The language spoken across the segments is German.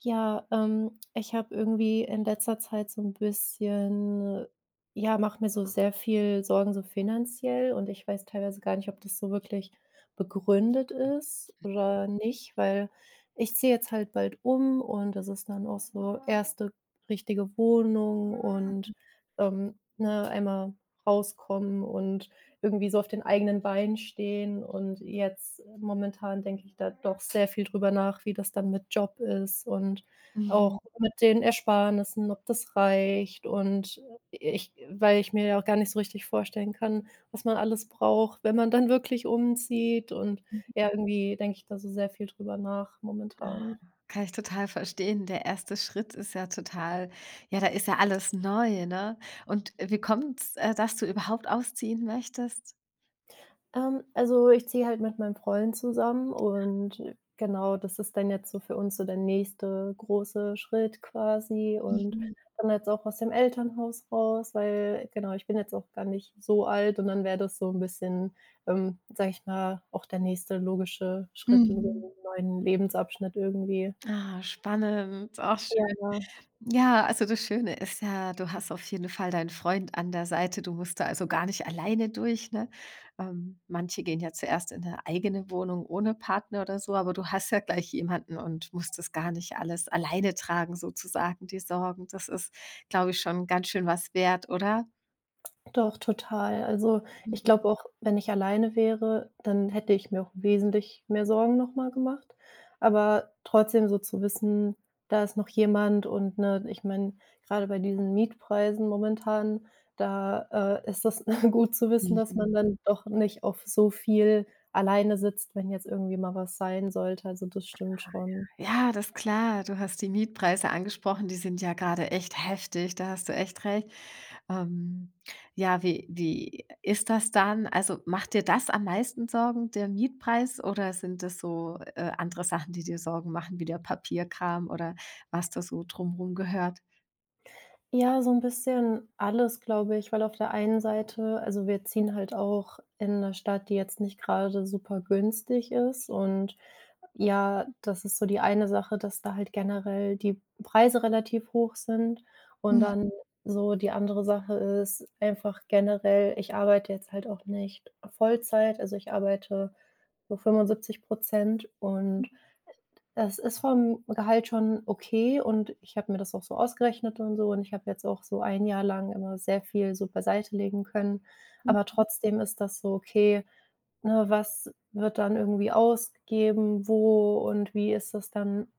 Ja, ich habe irgendwie in letzter Zeit so ein bisschen ja, mache mir so sehr viel Sorgen so finanziell und ich weiß teilweise gar nicht, ob das so wirklich begründet ist oder nicht, weil ich ziehe jetzt halt bald um und das ist dann auch so erste richtige Wohnung ne, einmal rauskommen und irgendwie so auf den eigenen Beinen stehen. Und jetzt momentan denke ich da doch sehr viel drüber nach, wie das dann mit Job ist und Mhm. auch mit den Ersparnissen, ob das reicht. Und ich weil ich mir ja auch gar nicht so richtig vorstellen kann, was man alles braucht, wenn man dann wirklich umzieht. Und ja, irgendwie denke ich da so sehr viel drüber nach momentan. Kann ich total verstehen. Der erste Schritt ist ja total, ja, da ist ja alles neu, ne? Und wie kommt's, dass du überhaupt ausziehen möchtest? Also, ich ziehe halt mit meinem Freund zusammen und genau, das ist dann jetzt so für uns so der nächste große Schritt quasi und Mhm. dann jetzt auch aus dem Elternhaus raus, weil genau, ich bin jetzt auch gar nicht so alt und dann wäre das so ein bisschen, sage ich mal, auch der nächste logische Schritt in so Mhm. einem neuen Lebensabschnitt irgendwie. Ah, spannend. Auch schön. Ja. Ja, also das Schöne ist ja, du hast auf jeden Fall deinen Freund an der Seite. Du musst da also gar nicht alleine durch. Ne? Manche gehen ja zuerst in eine eigene Wohnung ohne Partner oder so, aber du hast ja gleich jemanden und musst das gar nicht alles alleine tragen, sozusagen, die Sorgen. Das ist, glaube ich, schon ganz schön was wert, oder? Doch, total. Also, ich glaube auch, wenn ich alleine wäre, dann hätte ich mir auch wesentlich mehr Sorgen noch mal gemacht. Aber trotzdem so zu wissen, da ist noch jemand und, ne, ich meine, gerade bei diesen Mietpreisen momentan, da, ist das gut zu wissen, dass man Mhm. dann doch nicht auf so viel alleine sitzt, wenn jetzt irgendwie mal was sein sollte. Also, das stimmt schon. Ja, das ist klar. Du hast die Mietpreise angesprochen, die sind ja gerade echt heftig, da hast du echt recht. Ähm, ja, wie ist das dann? Also, macht dir das am meisten Sorgen, der Mietpreis, oder sind das so, andere Sachen, die dir Sorgen machen, wie der Papierkram oder was da so drumherum gehört? Ja, so ein bisschen alles, glaube ich, weil auf der einen Seite also, wir ziehen halt auch in 'ne Stadt, die jetzt nicht gerade super günstig ist und ja, das ist so die eine Sache, dass da halt generell die Preise relativ hoch sind und Mhm, dann so die andere Sache ist einfach generell, ich arbeite jetzt halt auch nicht Vollzeit, also, ich arbeite so 75 und das ist vom Gehalt schon okay und ich habe mir das auch so ausgerechnet und so und ich habe jetzt auch so ein Jahr lang immer sehr viel so beiseite legen können. Aber mhm, trotzdem ist das so, okay, ne, was wird dann irgendwie ausgegeben, wo und wie ist das dann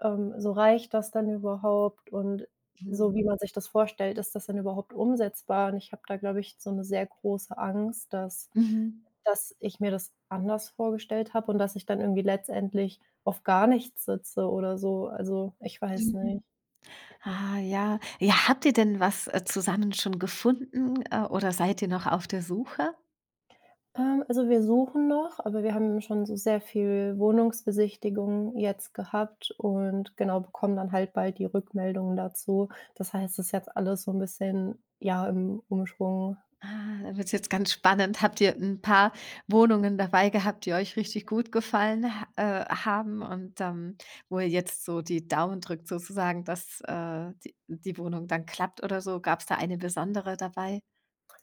so reicht das dann überhaupt und so, wie man sich das vorstellt, ist das denn überhaupt umsetzbar? Und ich habe da, glaube ich, so 'ne sehr große Angst, dass mhm, mhm. dass ich mir das anders vorgestellt habe und dass ich dann irgendwie letztendlich auf gar nichts sitze oder so. Also, ich weiß nicht. Ah, ja. Ja, habt ihr denn was, zusammen schon gefunden, oder seid ihr noch auf der Suche? Also, wir suchen noch, aber wir haben schon so sehr viel Wohnungsbesichtigungen jetzt gehabt und genau, bekommen dann halt bald die Rückmeldungen dazu. Das heißt, es ist jetzt alles so 'n bisschen, ja, im Umschwung. Ah, da wird's jetzt ganz spannend. Habt ihr ein paar Wohnungen dabei gehabt, die euch richtig gut gefallen ha haben und, wo ihr jetzt so die Daumen drückt sozusagen, dass, die Wohnung dann klappt oder so? Gab es da eine besondere dabei?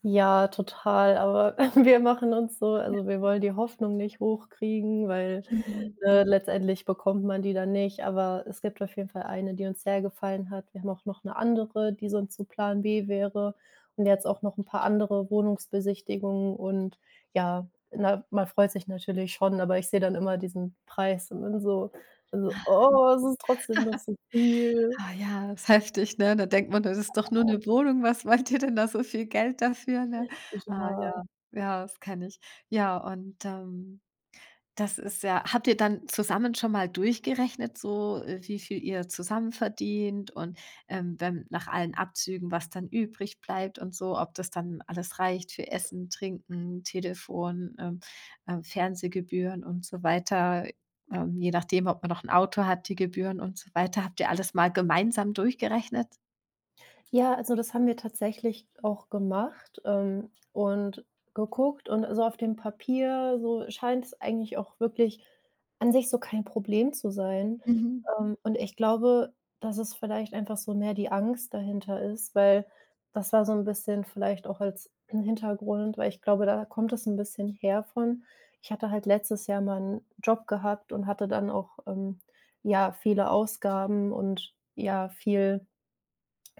Ja, total, aber wir machen uns so Ja. also, wir wollen die Hoffnung nicht hochkriegen, weil, Mhm. Letztendlich bekommt man die dann nicht. Aber es gibt auf jeden Fall eine, die uns sehr gefallen hat. Wir haben auch noch eine andere, die sonst so Plan B wäre und jetzt auch noch ein paar andere Wohnungsbesichtigungen und ja, na, man freut sich natürlich schon, aber ich sehe dann immer diesen Preis und bin so: bin so „Oh, es ist trotzdem noch so viel.“ Ah ja, ist heftig, ne? Da denkt man, das ist doch nur eine Wohnung. Was wollt ihr denn da so viel Geld dafür, ne? Ah Ja. ja, ja, das kenne ich. Ja, und, das ist ja, habt ihr dann zusammen schon mal durchgerechnet, so, wie viel ihr zusammen verdient und, wenn nach allen Abzügen, was dann übrig bleibt und so, ob das dann alles reicht für Essen, Trinken, Telefon, Fernsehgebühren und so weiter, je nachdem, ob man noch ein Auto hat, die Gebühren und so weiter. Habt ihr alles mal gemeinsam durchgerechnet? Ja, also das haben wir tatsächlich auch gemacht, und geguckt und so auf dem Papier, so scheint es eigentlich auch wirklich an sich so kein Problem zu sein. Mhm. Und ich glaube, dass es vielleicht einfach so mehr die Angst dahinter ist, weil das war so ein bisschen vielleicht auch als ein Hintergrund, weil ich glaube, da kommt es ein bisschen her von. Ich hatte halt letztes Jahr mal einen Job gehabt und hatte dann auch, ja, viele Ausgaben und ja, viel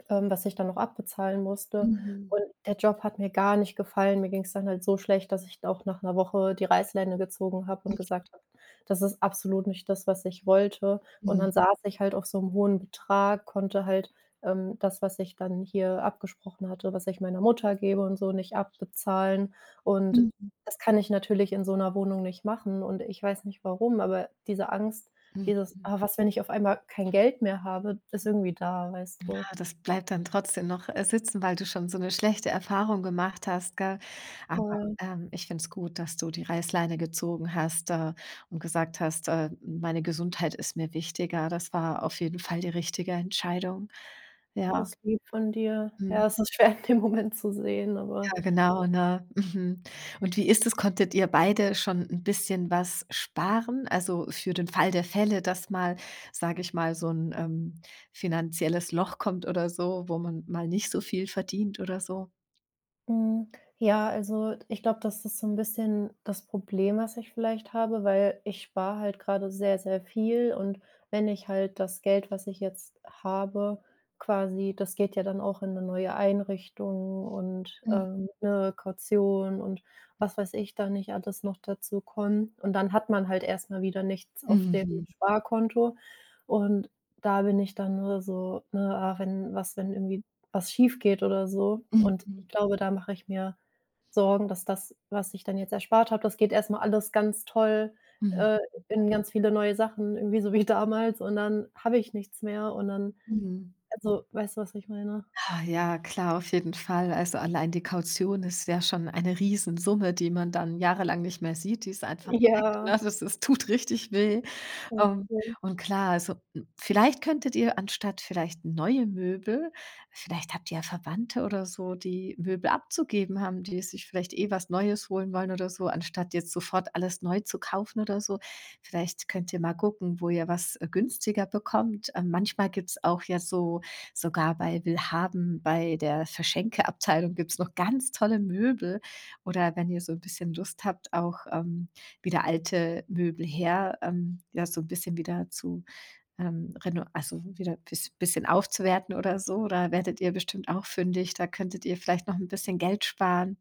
was ich dann noch abbezahlen musste. Mhm. Und der Job hat mir gar nicht gefallen. Mir ging es dann halt so schlecht, dass ich auch nach einer Woche die Reißleine gezogen habe und gesagt habe: „Das ist absolut nicht das, was ich wollte.“ Und Mhm. dann saß ich halt auf so einem hohen Betrag, konnte halt, das, was ich dann hier abgesprochen hatte, was ich meiner Mutter gebe und so, nicht abbezahlen. Und Mhm. das kann ich natürlich in so einer Wohnung nicht machen und ich weiß nicht warum, aber diese Angst, dieses: Mhm. „Ah, was, wenn ich auf einmal kein Geld mehr habe“, ist irgendwie da, weißt du? Ah, das bleibt dann trotzdem noch, sitzen, weil du schon so 'ne schlechte Erfahrung gemacht hast, gell? Aber, Voll, ich finde es gut, dass du die Reißleine gezogen hast, und gesagt hast: meine Gesundheit ist mir wichtiger.“ Das war auf jeden Fall die richtige Entscheidung. das Ja, lieb von dir. mhm. Ja, es ist schwer in dem Moment zu sehen, aber Ja, genau, ne? Mhm. Und wie ist es? Konntet ihr beide schon ein bisschen was sparen? Also, für den Fall der Fälle, dass mal, sage ich mal, so ein finanzielles Loch kommt oder so, wo man mal nicht so viel verdient oder so? Hm, ja, also, ich glaube, das ist so ein bisschen das Problem, was ich vielleicht habe, weil ich spare halt gerade sehr, sehr viel und wenn ich halt das Geld, was ich jetzt habe, quasi das geht ja dann auch in eine neue Einrichtung und, Mhm. ähm, 'ne Kaution und was weiß ich, da nicht alles noch dazu kommen. Und dann hat man halt erst mal wieder nichts auf dem Mhm. Sparkonto und da bin ich dann nur so, ne: „Ah, wenn was, wenn irgendwie was schiefgeht oder so.“ Mhm. Und ich Mhm. glaube, da mache ich mir Sorgen, dass das, was ich dann jetzt erspart habe, das geht erstmal alles ganz toll, Mhm. äh, in ganz viele neue Sachen, irgendwie so wie damals und dann habe ich nichts mehr und dann Mhm. also, weißt du, was ich meine? Ah, ja, klar, auf jeden Fall. Also, allein die Kaution ist ja schon eine Riesensumme, die man dann jahrelang nicht mehr sieht. Die ist einfach weg, Ja. ne? Das tut richtig weh. Ähm, Okay. und klar, also, hm, vielleicht könntet ihr anstatt vielleicht neue Möbel, vielleicht habt ihr ja Verwandte oder so, die Möbel abzugeben haben, die sich vielleicht eh was Neues holen wollen oder so, anstatt jetzt sofort alles neu zu kaufen oder so. Vielleicht könnt ihr mal gucken, wo ihr was, günstiger bekommt. Manchmal gibt's auch ja so, sogar bei willhaben bei der Verschenke-Abteilung gibt's noch ganz tolle Möbel. Oder wenn ihr so ein bisschen Lust habt, auch, wieder alte Möbel her, ja, so ein bisschen wieder zu, reno also wieder bisschen aufzuwerten oder so. Da werdet ihr bestimmt auch fündig. Da könntet ihr vielleicht noch ein bisschen Geld sparen.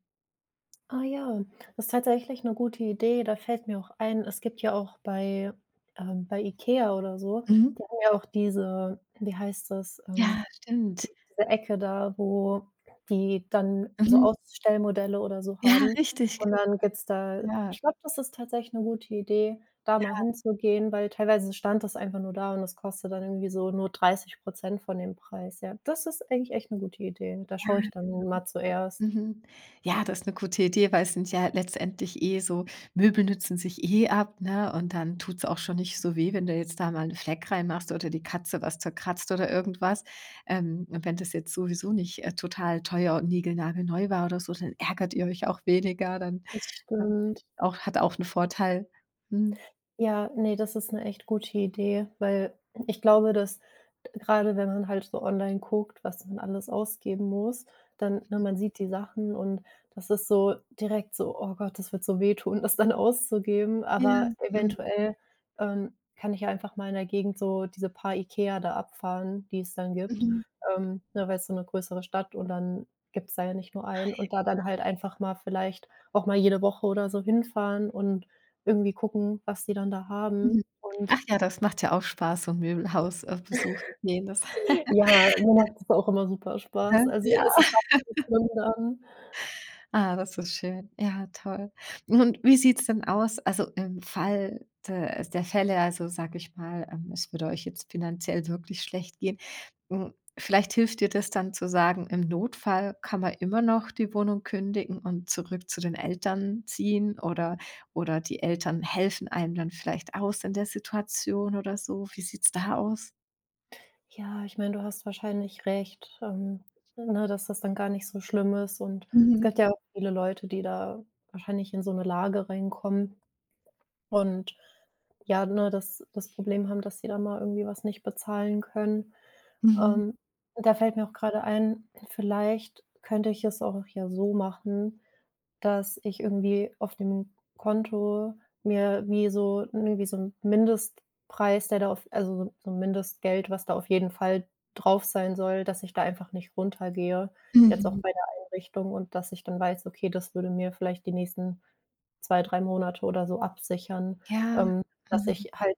Ah ja, das ist tatsächlich eine gute Idee. Da fällt mir auch ein, es gibt ja auch bei bei IKEA oder so, Mhm. die haben ja auch diese wie heißt das, Ja, stimmt. diese Ecke da, wo die dann so Mhm. Ausstellmodelle oder so Ja, haben. richtig, ge Und dann gibt's da ja, ich glaube, das ist tatsächlich 'ne gute Idee, da mal hinzugehen, weil teilweise stand das einfach nur da und das kostet dann irgendwie so nur 30 von dem Preis, ja. Das ist eigentlich echt 'ne gute Idee. Da schaue ich ja. dann mal zuerst. Mhm. Ja, das ist 'ne gute Idee, weil es sind ja letztendlich eh so, Möbel nützen sich eh ab, ne? Und dann tut's auch schon nicht so weh, wenn du jetzt da mal 'n Fleck reinmachst oder die Katze was zerkratzt oder irgendwas. Und wenn das jetzt sowieso nicht, total teuer und niegelnagelneu war oder so, dann ärgert ihr euch auch weniger, dann, Das ähm, stimmt. auch hat auch einen Vorteil. Mhm. Ja, nee, das ist eine echt gute Idee, weil ich glaube, dass gerade wenn man halt so online guckt, was man alles ausgeben muss, dann ne, man sieht die Sachen und das ist so direkt so: „Oh Gott, das wird so wehtun, das dann auszugeben.“ Ja, Aber mhm, eventuell, kann ich ja einfach mal in der Gegend so diese paar IKEA da abfahren, die es dann gibt, mhm, ne, weil es so eine größere Stadt und dann gibt's da ja nicht nur einen und da dann halt einfach mal vielleicht auch mal jede Woche oder so hinfahren und irgendwie gucken, was die dann da mhm. haben. Und Ach ja, das macht ja auch Spaß, so 'n Möbelhaus, besuchen gehen, das, ja, mir macht das auch immer super Spaß. Also, ja. es ist gar nicht so schlimm dann. Ah, das ist schön. Ja, toll. Und wie sieht's denn aus? Also, im Fall de der Fälle, also, sage ich mal, es würde euch jetzt finanziell wirklich schlecht gehen. Hm, vielleicht hilft dir das dann zu sagen, im Notfall kann man immer noch die Wohnung kündigen und zurück zu den Eltern ziehen oder die Eltern helfen einem dann vielleicht aus in der Situation oder so. Wie sieht's da aus? Ja, ich meine, du hast wahrscheinlich recht, ne, dass das dann gar nicht so schlimm ist. Und es gibt ja Mhm. auch viele Leute, die da wahrscheinlich in so 'ne Lage reinkommen und ja, ne, das Problem haben, dass sie dann mal irgendwie was nicht bezahlen können. Mhm. Ähm, da fällt mir auch grade ein, vielleicht könnte ich es auch ja so machen, dass ich irgendwie auf dem Konto mir wie so irgendwie so 'n Mindestpreis, der da auf also, so 'n Mindestgeld, was da auf jeden Fall drauf sein soll, dass ich da einfach nicht runtergehe, jetzt auch Mhm. bei der Einrichtung und dass ich dann weiß: „Okay, das würde mir vielleicht die nächsten 2 3 Monate oder so absichern“, Ja. ähm, dass Mhm. ich halt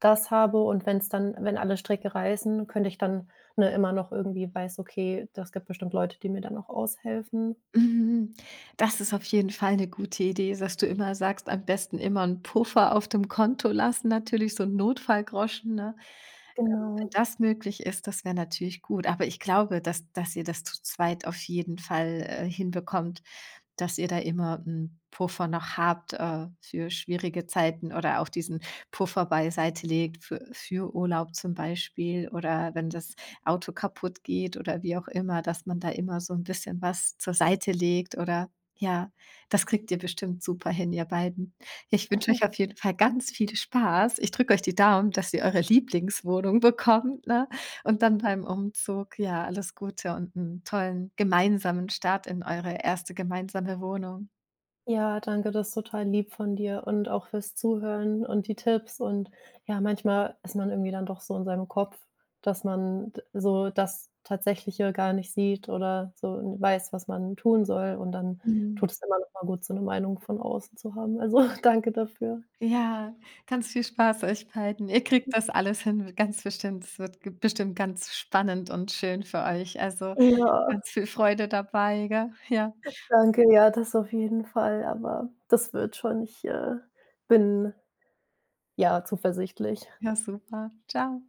das habe und wenn's dann wenn alle Stricke reißen, könnte ich dann, ne, immer noch irgendwie weiß: „Okay, das gibt bestimmt Leute, die mir dann auch aushelfen.“ Mhm. Das ist auf jeden Fall eine gute Idee, dass du immer sagst, am besten immer einen Puffer auf dem Konto lassen, natürlich so ein Notfallgroschen, ne? Wenn Genau. das möglich ist, das wäre natürlich gut. Aber ich glaube, dass ihr das zu zweit auf jeden Fall, hinbekommt, dass ihr da immer einen Puffer noch habt, für schwierige Zeiten oder auch diesen Puffer beiseitelegt für Urlaub zum Beispiel oder wenn das Auto kaputt geht oder wie auch immer, dass man da immer so ein bisschen was zur Seite legt oder, ja, das kriegt ihr bestimmt super hin, ihr beiden. Ich wünsche euch auf jeden Fall ganz viel Spaß. Ich drücke euch die Daumen, dass ihr eure Lieblingswohnung bekommt, ne, und dann beim Umzug, ja, alles Gute und einen tollen gemeinsamen Start in eure erste gemeinsame Wohnung. Ja, danke, das ist total lieb von dir und auch fürs Zuhören und die Tipps und ja, manchmal ist man irgendwie dann doch so in seinem Kopf, dass man d so das Tatsächliche gar nicht sieht oder so weiß, was man tun soll und dann tut Mhm. es immer noch mal gut, so eine Meinung von außen zu haben. Also, danke dafür. Ja, ganz viel Spaß euch beiden. Ihr kriegt das alles hin, ganz bestimmt. Es wird ge bestimmt ganz spannend und schön für euch. Also, Ja, ganz viel Freude dabei, gell? Ja, danke, ja, das auf jeden Fall, aber das wird schon. Ich, bin, ja, zuversichtlich. ja super. Ciao.